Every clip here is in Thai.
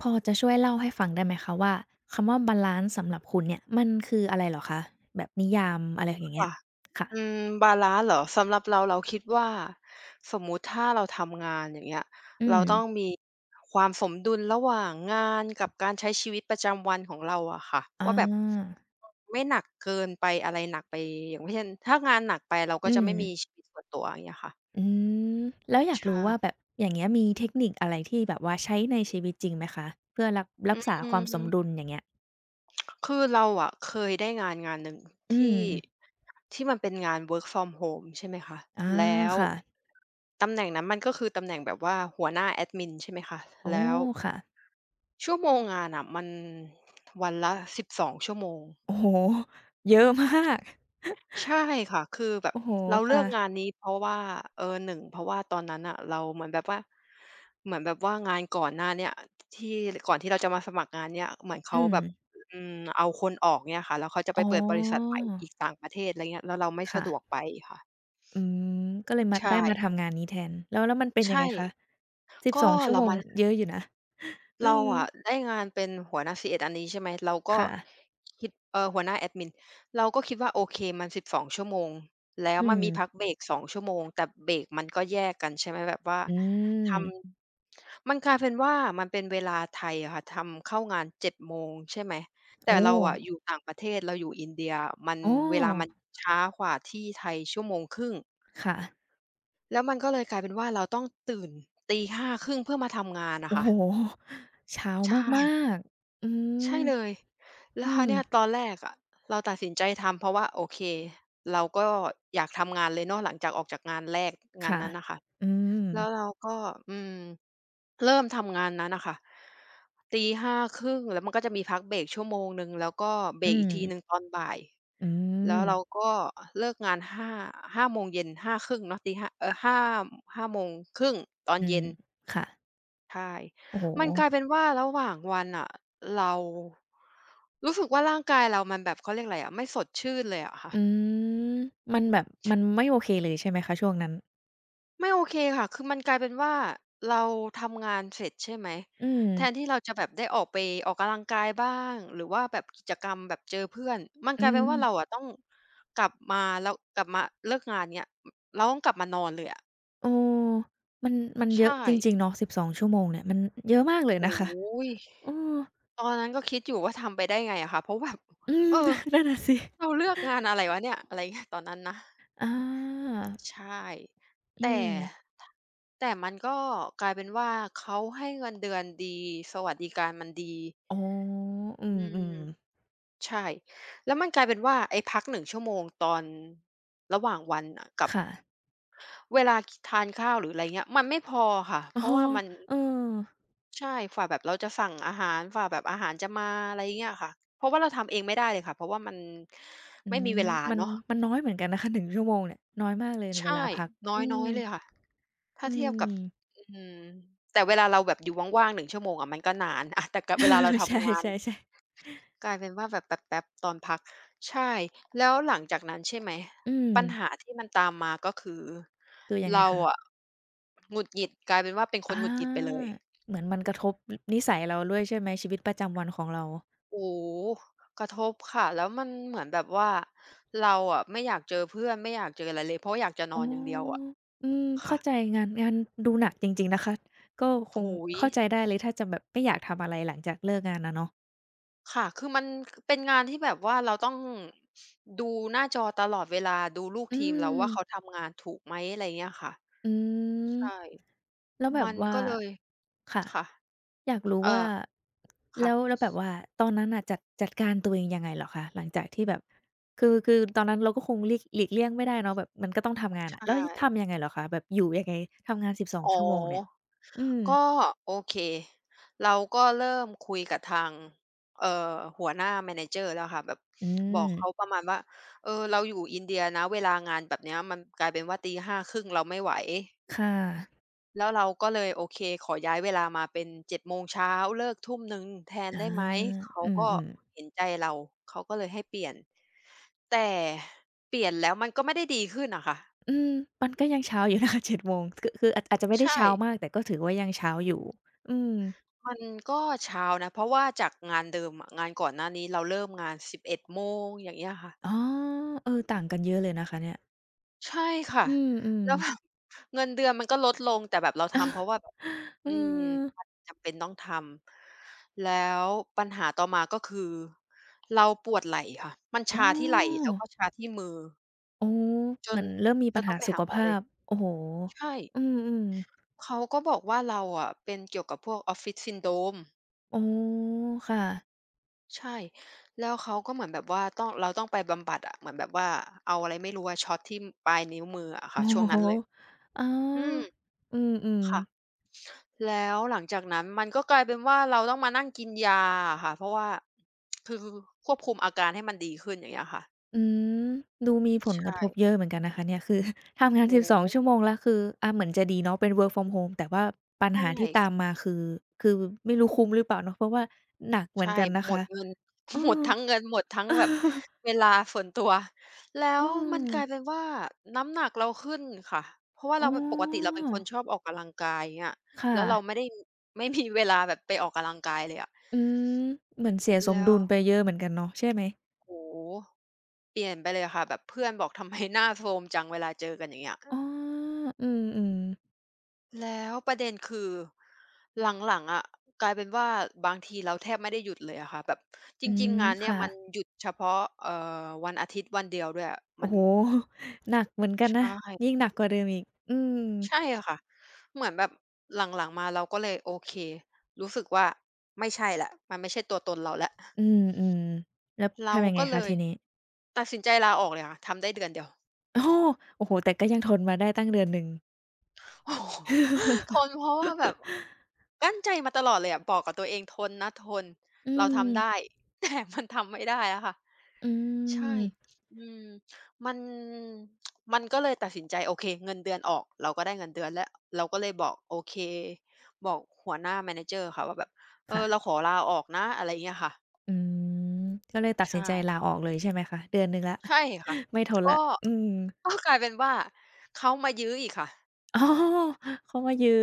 พอจะช่วยเล่าให้ฟังได้ไหมคะว่าคำว่าบาลันซ์สำหรับคุณเนี่ยมันคืออะไรเหรอคะแบบนิยามอะไรอย่างเงี้ยค่ะค่ะอืมบาลันซ์เหรอสำหรับเราคิดว่าสมมุติถ้าเราทำงานอย่างเงี้ยอืเรามต้องมีความสมดุลระหว่างงานกับการใช้ชีวิตประจำวันของเราอะค่ะอว่าแบบาไม่หนักเกินไปอะไรหนักไปอย่างเช่นถ้างานหนักไปเราก็อืจะมไม่มีชีวิตส่วนตัวอย่างเงี้ยค่ะอืมแล้วอยากรู้ว่าแบใช่บอย่างเงี้ยมีเทคนิคอะไรที่แบบว่าใช้ในชีวิตจริงไหมคะเพื่อรักษาอืความสมดุลม อย่างเงี้ยคือเราอะเคยได้งานหนึ่งอืมที่ที่มันเป็นงาน work from home ใช่ไหมคะ อาแล้วค่ะตำแหน่งนั้นมันก็คือตำแหน่งแบบว่าหัวหน้าแอดมินใช่ไหมคะ โอ้แล้วค่ะชั่วโมงงานอะมันวันละ12ชั่วโมง โอ้ โฮเยอะมากใช่ค่ะคือแบบโอ้โฮเราเลืค่ะอกงานนี้เพราะว่าหนึ่งเพราะว่าตอนนั้นน่ะเราเหมือนแบบว่าเหมือนแบบว่างานก่อนหน้าเนี่ยที่ก่อนที่เราจะมาสมัครงานเนี่ยเหมือนเขาอืมแบบอืมเอาคนออกเนี่ยค่ะแล้วเขาจะอ๋ไปอเปิดบริษัทใหม่อีกต่างประเทศไรเงี้ยแล้วเราไม่สะค่ะดวกไปค่ะอืมก็เลยมาได้ใช่มาทำงานนี้แทนแล้วแล้วมันเป็นยังใช่ไงคะ สสิบสก็องชั่วเราโมงมา เยอะอยู่นะอืเรามอะได้งานเป็นหัวหน้า c เอดอันนี้ใช่ไหมเราก็ค่ะคิดหัวหน้าแอดมินเราก็คิดว่าโอเคมัน12ชั่วโมงแล้วอืมันมมีพักเบรก2ชั่วโมงแต่เบรกมันก็แยกกันใช่ไหมแบบว่าอืทมมันกลายเป็นว่ามันเป็นเวลาไทยอะค่ะทำเข้างาน7โมงใช่ไหมแต่โอ้เราอะอยู่ต่างประเทศเราอยู่อินเดียมันอ๋อเวลามันช้ากว่าที่ไทยชั่วโมงครึ่งค่ะแล้วมันก็เลยกลายเป็นว่าเราต้องตื่นตีห้าครึ่งเพื่อมาทำงานอะโอ้ค่ะโฮเช้าใช่ มากๆอืมใช่เลยแล้อืวคราวมเนี้ยตอนแรกอะเราตัดสินใจทำเพราะว่าโอเคเราก็อยากทำงานเลยเนาะหลังจากออกจากงานแรกงานค่ะนั้นน่ะค่ะอืมแล้วเราก็อืมเริ่มทำงานนั้นน่ะค่ะตีห้าครึ่งแล้วมันก็จะมีพักเบรกชั่วโมงหนึ่งแล้วก็เบรอืกอีกมทีหนึ่งตอนบ่ายอืแล้วมเราก็เลิกงานห้าโมงเย็น5:30เนาะตี5้าเอ่ห้าโมงครึ่งตอนอืมเย็น ค่ะใช่ โอ้โฮมันกลายเป็นว่าระหว่างวันอะเรารู้สึกว่าร่างกายเรามันแบบเขาเรียกอะไรอะไม่สดชื่นเลยอะค่ะอืมมันแบบมันไม่โอเคเลยใช่ไหมคะช่วงนั้นไม่โอเคค่ะคือมันกลายเป็นว่าเราทำงานเสร็จใช่ไหมอืมแทนที่เราจะแบบได้ออกไปออกกำลังกายบ้างหรือว่าแบบกิจกรรมแบบเจอเพื่อน มันอืกลายเป็นมว่าเราอะต้องกลับมาแล้วกลับมาเลิกงานเงี้ยเราต้องกลับมานอนเลยอะเออมันมันใชเยอะ่จริงๆเนาะสิบสองชั่วโมงเนี่ยมันเยอะมากเลยนะโอ้คะโฮ เออตอนนั้นก็คิดอยู่ว่าทำไปได้ไงอะค่ะเพราะแบบอืเอม อ นั่นน่ะสิ เราเลือกงานอะไรวะเนี่ยอะไรเงี้ย ตอนนั้นนะอาใช่อืแต่มแต่มันก็กลายเป็นว่าเขาให้เงินเดือนดีสวัสดิการมันดีอ๋ออือืมมๆใช่แล้วมันกลายเป็นว่าไอ้พักหนึ่งชั่วโมงตอนระหว่างวันน่ะกับค่ะเวลาทานข้าวหรืออะไรเงี้ยมันไม่พอค่ะอ๋อเพราะว่ามัน เออใช่ฝ่าแบบเราจะสั่งอาหารฝ่าแบบอาหารจะมาอะไรอย่างเงี้ยค่ะเพราะว่าเราทำเองไม่ได้เลยค่ะเพราะว่ามันอืไม่มมีเวลามันเนาะมันน้อยเหมือนกันนะคะ1ชั่วโมงเนี่ยน้อยมากเลยเวใช่ลาพักนอื้มอยๆเลยค่ะถ้าอืเทียบกับม อืมแต่เวลาเราแบบอยู่ว่างๆ1ชั่วโมงอะมันก็นาน อะแต่กับเวลาเรา ใชทำงาน่ๆๆกลายเป็นว่าแบบแป๊บๆตอนพักใช่แล้วหลังจากนั้นใช่ไหมอืมปัญหาที่มันตามมาก็คือคือยังไงเราคะอะหงุดหงิดกลายเป็นว่าเป็นคอนหงุดหงิดไปเลาย เหมือนมันกระทบนนิสัยเราด้วยใช่ไหมชีวิตประจำวันของเราโอ้โฮกระทบค่ะแล้วมันเหมือนแบบว่าเราอะไม่อยากเจอเพื่อนไม่อยากเจออะไรเลยเพราะอยากจะนอ๋อนอย่างเดียวอะออืมเข้าใจค่ะงานงานดูหนักจริงๆนะคะก็คงโอ้โฮเข้าใจได้เลยถ้าจะแบบไม่อยากทำอะไรหลังจากเลิกงานอะเนาะค่ะคือมันเป็นงานที่แบบว่าเราต้องดูหน้าจอตลอดเวลาดูลูกอืทีมเราว่าเขาม ทำงานถูกไหมอะไรเงี้ยค่ะอืมใช่แล้วแบบมันว่าก็เลยค่ะค่ะอยากรู้เอ่ว่าอค่ะแล้วแล้วแบบว่าตอนนั้นน่ะจัดจัดการตัวเองยังไงเหรอคะหลังจากที่แบบคือคือตอนนั้นเราก็คงหลีกหลีกเลี่ยงไม่ได้เนาะแบบมันก็ต้องทำงานอะแล้วใช่ทำยังไงเหรอคะแบบอยู่ยังไงทำงาน12อ๋อ ชั่วโมงเนี่ยอืมก็โอเคเราก็เริ่มคุยกับทางเอ่อหัวหน้า manager แล้วค่ะแบบอืบอมกเขาประมาณว่าเออเราอยู่อินเดียนะเวลางานแบบเนี้ยมันกลายเป็นว่าตีห้า5 3 0เราไม่ไหวค่ะแล้วเราก็เลยโอเคขอย้ายเวลามาเป็น7โมงเช้าเลิกทุ่มหนึงแทนอาได้ไหมเขาอืก็มๆเห็นใจเราเขาก็เลยให้เปลี่ยนแต่เปลี่ยนแล้วมันก็ไม่ได้ดีขึ้นอะค่ะอืมมันก็ยังเช้าอยู่นะ คะเจ็ดโมงคือคืออาจอาจจะไม่ได้ใช่ เช้ามากแต่ก็ถือว่ายังเช้าอยู่อืมมันก็เช้านะเพราะว่าจากงานเดิมอะงานก่อนหน้านี้เราเริ่มงาน11โมงอย่างเงี้ยค่ะอ๋อเออต่างกันเยอะเลยนะคะเนี่ย ใช่ค่ะอืมอม แล้วแบบ เงินเดือนมันก็ลดลงแต่แบบเราทำเพราะว่าแบบ เออือมมันจำเป็นต้องทำแล้วปัญหาต่อมาก็คือเราปวดไหล่ค่ะมันอ๋ชาที่ไหล่อแล้วก็ชาที่มืออ๋อจเหมืนอนเริ่มมีจปัญนต้หาองไปสุหาขหมอเลภายพโอ้โฮใช่อืมๆเขาก็บอกว่าเราอะเป็นเกี่ยวกับพวก Office Syndrome อ๋อค่ะ ใช่แล้วเขาก็เหมือนแบบว่าต้องเราต้องไปบำบัดอะเหมือนแบบว่าเอาอะไรไม่รู้อะช็อตที่ปลายนิ้วมืออะค่ะโอ้ช่วงโฮนั้นเลยอ๋ออืมอืมค่ะๆแล้วหลังจากนั้นมันก็กลายเป็นว่าเราต้องมานั่งกินยาอะค่ะเพราะว่าคือควบคุมอาการให้มันดีขึ้นอย่างเงี้ยค่ะอืมดูมีผลกระใช่ทบเยอะเหมือนกันนะคะเนี่ยคือ ทำงานโอ้โฮ12ชั่วโมงแล้วคืออาเหมือนจะดีเนาะเป็น work from home แต่ว่าปัญใช่ หาที่ตามมาคือคือไม่รู้คุ้มหรือเปล่าเนาะเพราะว่าหนักเหมือนใช่กันนะหมคะดเงิน เออ หมด ทั้งเงินหมดทั้งเออแบบเวลาส่วนตัวแล้อืวมมันกลายเป็นว่าน้ำหนักเราขึ้นค่ะเพราะว่าอ๋เราปกติเราอเป็นคนชอบออกกำลังกายอย่างเงี้ยค่ะ แล้วเราไม่ได้ ไม่มีเวลาแบบไปออกกำลังกายเลยอะอืมเหมือนเสียสมแล้ดุวลไปเยอะเหมือนกันเนาะใช่ไหมโอ้โฮเปลี่ยนไปเลยค่ะแบบเพื่อนบอกทำไมหน้าโทรมจังเวลาเจอกันอย่างเงี้ย อ๋ออืมๆแล้วประเด็นคือหลังๆอะกลายเป็นว่าบางทีเราแทบไม่ได้หยุดเลยอะค่ะแบบจอืริงมๆงานเนี่ยค่ะมันหยุดเฉพาะเอ่อวันอาทิตย์วันเดียวด้วยอะโอ้มันโฮ หนักเหมือนกันใชนะยิ่ง่หนักกว่าเดิมอีกอืมใช่ค่ะเหมือนแบบหลังๆมาเราก็เลยโอเครู้สึกว่าไม่ใช่แล้วมันไม่ใช่ตัวตนเราแล้วอืมๆแล้วเราทำยังไงก็เลคะยทีนี้ตัดสินใจลาออกเลยค่ะทำได้เดือนเดียว โอ้โฮ โอ้โฮแต่ก็ยังทนมาได้ตั้งเดือนหนึ่ง โอ้โฮทนเพราะว่าแบ บกลั้นใจมาตลอดเลยอะบอกกับตัวเองทนนะทนอืเราทำได้ ม แต่มันทำไม่ได้อะค่ะอืใช่มอืมมันมันก็เลยตัดสินใจโอเคเงินเดือนออกเราก็ได้เงินเดือนแล้วเราก็เลยบอกโอเคบอกหัวหน้า Manager ค่ะว่าแบบเออเราค่ะขอลาออกนะอะไรอย่างเงี้ยค่ะอืมก็เลยตัดสินใช่ใจลาออกเลยใช่ไหมคะเดือนหนึ่งแล้ว ใช่ค่ะ ไม่ทนก็แล้วอืม ก็กลายเป็นว่าเขามายื้ออีกค่ะ อ๋อเขามายื้อ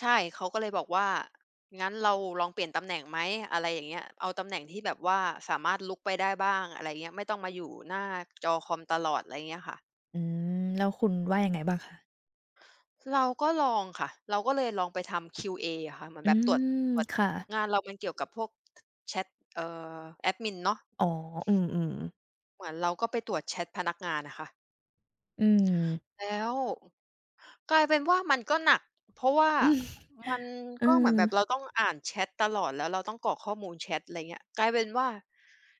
ใช่เขาก็เลยบอกว่างั้นเราลองเปลี่ยนตำแหน่งไหมอะไรอย่างเงี้ยเอาตำแหน่งที่แบบว่าสามารถลุกไปได้บ้างอะไรเงี้ยไม่ต้องมาอยู่หน้าจอคอมตลอดอะไรเงี้ยค่ะอืมแล้วคุณว่ายังไงบ้างคะเราก็ลองค่ะเราก็เลยลองไปทำ QA ออะค่ะเหมือนอืแบบตรวจมตรวจค่ะงานเรามันเกี่ยวกับพวกแชตเอ่อแอดมินเนาะอ๋ออืมๆเหมือนเราก็ไปตรวจแชตพนักงานอะค่ะ อืมแล้วกลายเป็นว่ามันก็หนักเพราะว่ามันเอก็เหมือนอ แบบเราต้องอ่านแชตตลอดแล้วเราต้องกรอกข้อมูลแชตอะไรเงี้ยกลายเป็นว่า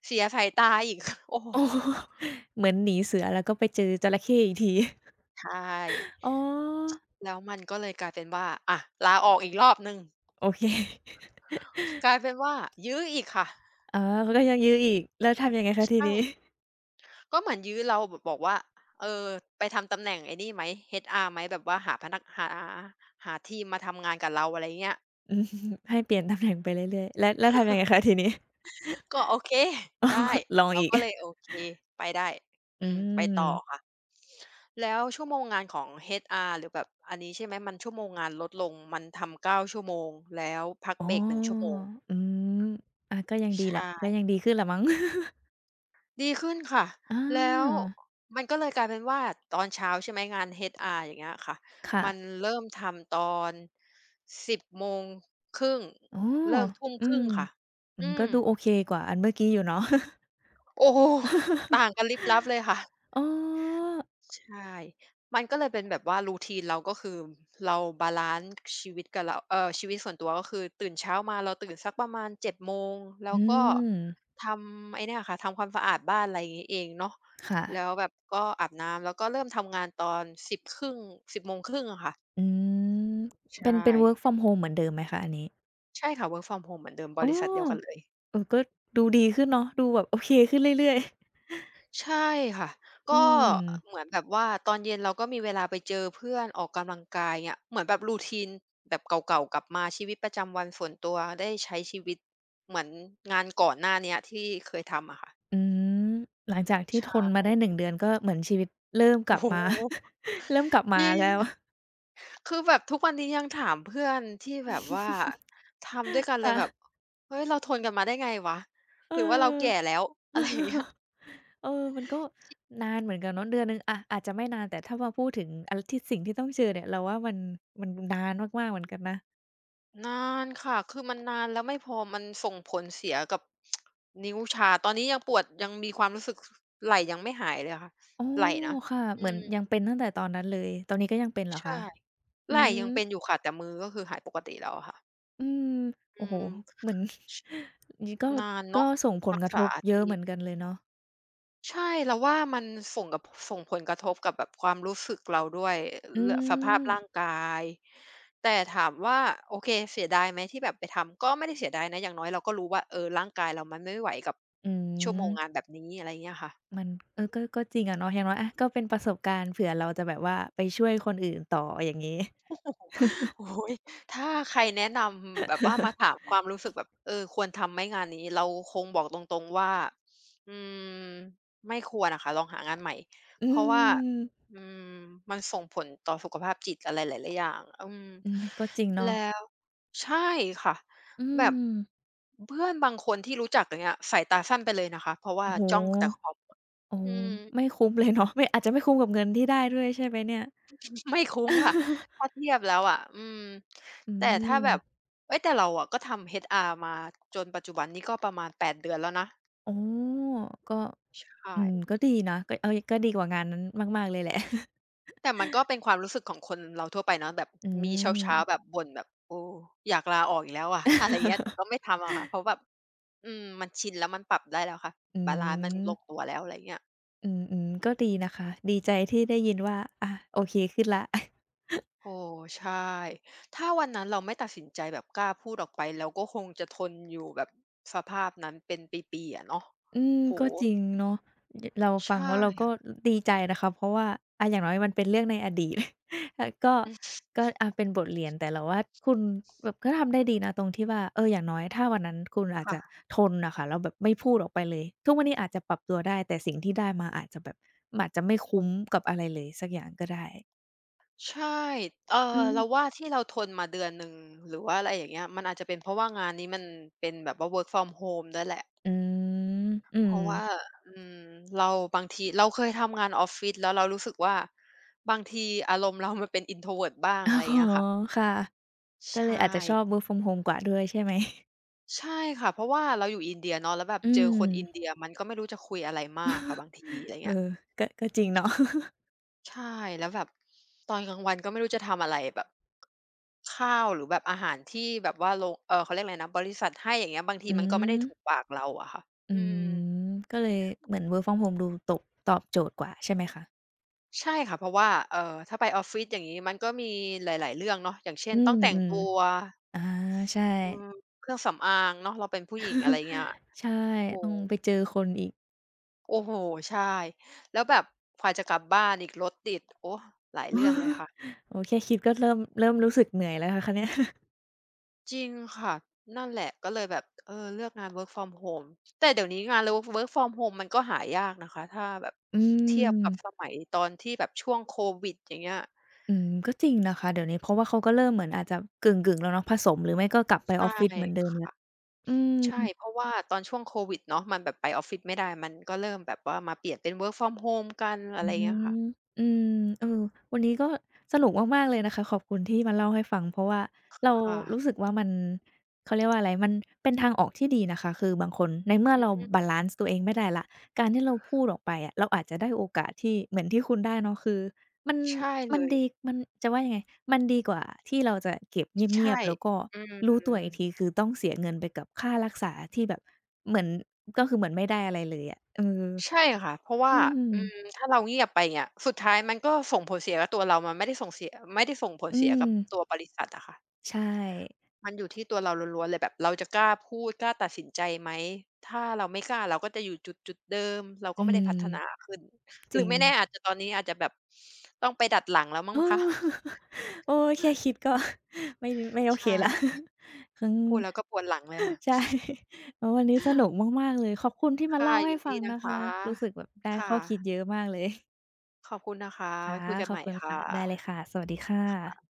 เสียสายตาอีก โอ้โฮ อ๋อ เหมือนหนีเสือแล้วก็ไปเจอจระเข้อีกที ใช่ อ๋อแล้วมันก็เลยกลายเป็นว่าอะลาออกอีกรอบหนึ่งโอเคกลายเป็นว่ายื้ออีกค่ะอ๋อเขาก็ยังยื้ออีกแล้วทำยังไงคะทีใช่นี้ก็เหมือนยื้อเราแบบบอกว่าเออไปทำตำแหน่งไอ้นี่ไหม HR ไหมแบบว่าหาพนักหาหาทีมมาทำงานกับเราอะไรเงี้ย อืม ให้เปลี่ยนตำแหน่งไปเรื่อยๆแล้วแล้วทำยังไงคะทีนี้ก็โอเค อ๋อ ได้ ลองเราอีกก็เลยโอเคไปได้อือืมไปต่อมค่ะแล้วชั่วโมงงานของ HR หรือแบบอันนี้ใช่ไหมมันชั่วโมงงานลดลงมันทำเก้าชั่วโมงแล้วพักอ๋เบรกหนึ่งอชั่วโมงอืมอาก็ยังดีแหละก็ใช่ยังดีขึ้นแหละมั้ง ดีขึ้นค่ะ อแล้วามันก็เลยกลายเป็นว่าตอนเช้าใช่ไหมงาน HR อย่างเงี้ยค่ะค่ะ มันเริ่มทำตอน1 0่งอ๋อเลิก1 9่0อืครึ่มงค่ะอืม อืก็มดูโอเคกว่าอันเมื่อกี้อยู่เนาะ โอ้โฮต่างกันลิบลับเลยค่ะ อ๋อ ใช่ มันก็เลยเป็นแบบว่า routine เราก็คือเราบาลันซ์ชีวิตกับเราชีวิตส่วนตัวก็คือตื่นเช้ามาเราตื่นสักประมาณ7โมงแล้อืวก็ม ทำไอ้เนี่ยค่ะทำความสะอาดบ้านอะไรอย่างงี้เองเนาะค่ะ แล้วแบบก็อาบน้ำแล้วก็เริ่มทำงานตอน10ครึ่งสิบโมงครึ่งอะค่ะอืมใชเป็น่เป็น work from home เหมือนเดิมไหมคะอันนี้ ใช่ค่ะ work from home เหมือนเดิมบอ๋อริษัทเดียวกันเลย เออก็ดูดีขึ้นเนาะดูแบบโอเคขึ้นเรื่อยๆ ใช่ค่ะ อืก็ม เหมือนแบบว่าตอนเย็นเราก็มีเวลาไปเจอเพื่อนออกกำลังกายเงี้ยเหมือนแบบรูท t น e แบบเก่าๆกลับมาชีวิตประจำวันส่วนตัวได้ใช้ชีวิตเหมือนงานก่อนหน้าเนี้ยที่เคยทำอะค่ะอืม หลังจากที่ใชทน่มาได้หนึ่งเดือนก็เหมือนชีวิตเริ่มกลัโอ้บโฮมา เริ่มกลับมาจริแล้วงคือแบบทุกวันนี้ยังถามเพื่อนที่แบบว่าทำด้วยกันเลยแบบค่ะเฮ้ยเราทนกันมาได้ไงวะเออ หรือว่าเราแก่แล้วอะไรอย่างเงี้ย เออมันก็นานเหมือนกันเนาะเดือนหนึ่งอะอาจจะไม่นานแต่ถ้ามาพูดถึงอะไรที่สิ่งที่ต้องเจอเนี่ยเราว่ามันมันนานมากๆเหมือนกันนะนานค่ะ คือมันนานแล้วไม่พอมันส่งผลเสียกับ นิ้วชา ตอนนี้ยังปวดยังมีความรู้สึกไหล่ยังไม่หายเลยค่ะอ๋อไหล่นะค่ะเหอืมือนมยังเป็นตั้งแต่ตอนนั้นเลยตอนนี้ก็ยังเป็นเหรอคะใช่อืไหล่มยังเป็นอยู่ค่ะแต่มือก็คือหายปกติแล้วอะค่ะอืมอืโอ้โฮมเหมือน งี้ก็นานก็เนาะส่งผลรักกระทษาบเยอะที เหมือนกันเลยเนาะใช่เราว่ามันส่งกับส่งผลกระทบกับแบบความรู้สึกเราด้วยอืเรื่องสภาพร่างมกายแต่ถามว่าโอเคเสียดายไหมที่แบบไปทำก็ไม่ได้เสียดายนะอย่างน้อยเราก็รู้ว่าเออร่างกายเรามันไม่ไหวกับอืชั่วโมงงานมแบบนี้อะไรเงี้ยค่ะ มันเออก็ก็จริงอะเนาะอย่างน้อยอะก็เป็นประสบการณ์เผื่อเราจะแบบว่าไปช่วยคนอื่นต่ออย่างงี้ โ อ้โฮถ้าใครแนะนำแบบว่ามาถามความรู้สึกแบบเออควรทำไหมงานนี้เราคงบอกตรงๆว่าอืมไม่ควรอะค่ะลองหางานใหม่อืเพราะว่าม อืมมันส่งผลต่อสุขภาพจิตอะไรหลายๆอย่างอืมอืมก็จริงเนาะแล้วใช่ค่ะอืแบบมเพื่อนบางคนที่รู้จักอย่างเงี้ยสายตาสั้นไปเลยนะคะเพราะว่าโอ้โฮจ้องแต่คอมอ๋ออืม ไม่คุ้มเลยเนาะ ไม่อาจจะไม่คุ้มกับเงินที่ได้ด้วยใช่ไหมเนี่ย ไม่คุ้มค่ะ ถ้าเทียบแล้วอะอืมอืแต่ถ้าแบบมเฮ้ยแต่เราอะก็ทำ HR มาจนปัจจุบันนี้ก็ประมาณ8เดือนแล้วนะ อ๋อก็ใช่ อืมก็ดีนะก็เอ๊ยก็ดีกว่างานนั้นมากๆเลยแหละ แต่มันก็เป็นความรู้สึกของคนเราทั่วไปเนาะแบบ อืมีเมช้าๆแบบบ่นแบบโอ้อยากลาออกอีกแล้วอะ อะไรเงี้ยแต่ก็ไม่ทำอะค่ะเพราะแบบอืมมันชินแล้วมันปรับได้แล้วค่ะ อืบาลันซ์มันลมงตัวแล้วอะไรเงี้ยอืมๆก็ดีนะคะ ดีใจที่ได้ยินว่าอาโอเคขึ้นแล้ว โอ้ใช่ถ้าวันนั้นเราไม่ตัดสินใจแบบกล้าพูดออกไปเราก็คงจะทนอยู่แบบสภาพนั้นเป็นปีๆอะเนาะอืมโอ้โฮ ก็จริงเนาะยเราฟังใช่แล้วเราก็ค่ะดีใจนะคะเพราะว่าอะอย่างน้อยมันเป็นเรื่องในอดีต อะก็อืมก็อะเป็นบทเรียนแต่เราว่าคุณแบบก็ทำได้ดีนะตรงที่ว่าเอออย่างน้อยถ้าวันนั้นคุณอาจจะค่ะทนน่ะค่ะแล้วแบบไม่พูดออกไปเลยทุกวันนี้อาจจะปรับตัวได้แต่สิ่งที่ได้มาอาจจะแบบมันอาจจะไม่คุ้มกับอะไรเลยสักอย่างก็ได้ใช่เอ่อือเรามว่าที่เราทนมาเดือนหนึ่งหรือว่าอะไรอย่างเงี้ยมันอาจจะเป็นเพราะว่างานนี้มันเป็นแบบว่า work from home ด้วยแหละอืมอืเพม ราะว่าอืมเราบางทีเราเคยทำงานออฟฟิศแล้วเรารู้สึกว่าบางทีอารมณ์เรามันเป็น introvert บ้าง อ๋อะไรอย่าองเงี้ยค่ะค่ะใชก็เลยอาจ่จะชอบ work from home กว่าด้วยใช่ไหมใช่ค่ะเพราะว่าเราอยู่อินเดียเนาะแล้วแบบอืเจอคนอินมเดียมันก็ไม่รู้จะคุยอะไรมากค่ะบางทีอะไรเออเงี้ย ก็ก็จริงเนาะ ใช่แล้วแบบตอนกลางวันก็ไม่รู้จะทำอะไรแบบข้าวหรือแบบอาหารที่แบบว่าโรงเขาเรียกอะไรนะบริษัทให้อย่างเงี้ยบางทีอืมันก็ไม่ได้มถูกปากเราอะค่ะอือืมมก็เลยเหมือน work from home ดูตบตอบโจทย์กว่าใช่ไหมคะใช่ค่ะเพราะว่าถ้าไปออฟฟิศอย่างงี้มันก็มีหลายๆเรื่องเนาะอย่างเช่อืนต้องแต่งมตัวๆอาใช่ อืมเครื่องสำอางเนาะเราเป็นผู้หญิงอะไรเงี้ย ใช่โอ้ต้องไปโฮเจอคนอีก โอ้โฮใช่แล้วแบบกว่าจะกลับบ้านอีกรถติดโอ้หลายเรื่องเลยค่ะ โอ้แค่คิดก็เริ่มเริ่มรู้สึกเหนื่อยแล้วนะคะเนี่ย จริงค่ะนั่นแหละก็เลยแบบเออเลือกงาน work from home แต่เดี๋ยวนี้งาน work from home มันก็หายากนะคะถ้าแบบอืเทียบมกับสมัยตอนที่แบบช่วงโควิดอย่างเงี้ยอืมก็จริงนะคะเดี๋ยวนี้เพราะว่าเขาก็เริ่มเหมือนอาจจะกึ่งๆแล้วเนาะผสมหรือไม่ก็กลับไปออใช่ฟฟิศเหมือนเดิมแล้วค่ะอืม ใช่เพราะว่าตอนช่วงโควิดเนาะมันแบบไปออฟฟิศไม่ได้มันก็เริ่มแบบว่ามาเปลี่ยนเป็น work from home กันอะอืไรเงี้ยค่ะม อืมเออวันนี้ก็สนุกมากๆเลยนะคะขอบคุณที่มาเล่าให้ฟังเพราะว่าเราค่ะรู้สึกว่ามันเขาเรียกว่าอะไรมันเป็นทางออกที่ดีนะคะคือบางคนในเมื่อเราบาลันซ์ตัวเองไม่ได้แล้วการที่เราพูดออกไปอะเราอาจจะได้โอกาสที่เหมือนที่คุณได้เนาะคือมันใช่มัเลนยดีมันจะว่ายังไงมันดีกว่าที่เราจะเก็บเงีใช่ยบๆแล้วก็อืรู้ม ตัวอีกทีคือต้องเสียเงินไปกับค่ารักษาที่แบบเหมือนก็คือเหมือนไม่ได้อะไรเลยอะเออใช่ค่ะเพราะว่าอืมอืมถ้าเราเงียบไปเนี่ยสุดท้ายมันก็ส่งผลเสียกับตัวเรามันไม่ได้ส่งเสียไม่ได้ส่งผลอืเสียม กับตัวบริษัทอะค่ะใช่มันอยู่ที่ตัวเราล้วนๆเลยแบบเราจะกล้าพูดกล้าตัดสินใจไหมถ้าเราไม่กล้าเราก็จะอยู่จุดๆเดิมเราก็อืไม่ได้มพัฒนาขึ้นหจรืริอง ไม่แน่อาจจะตอนนี้อาจจะแบบต้องไปดัดหลังแล้วมั้ งเอคะอโอ้แค่คิดก็ ไม่ไม่โอเคใช่แล้ว อืมพูดแล้วก็ปวดหลังเลยค่ะใช่ โอ้วันนี้สนุกมากๆเลย ขอบคุณที่มาค่ะเล่าให้ยินฟัดีงนะนะคะ คะรู้สึกแบบได้ข้ค่ะอคิดเยอะมากเลย ขอบคุณนะคะค่ะ ไว้คุยกันขอใหบม่คุณค่ะค่ะ ได้เลยค่ะ สวัสดีค่ะ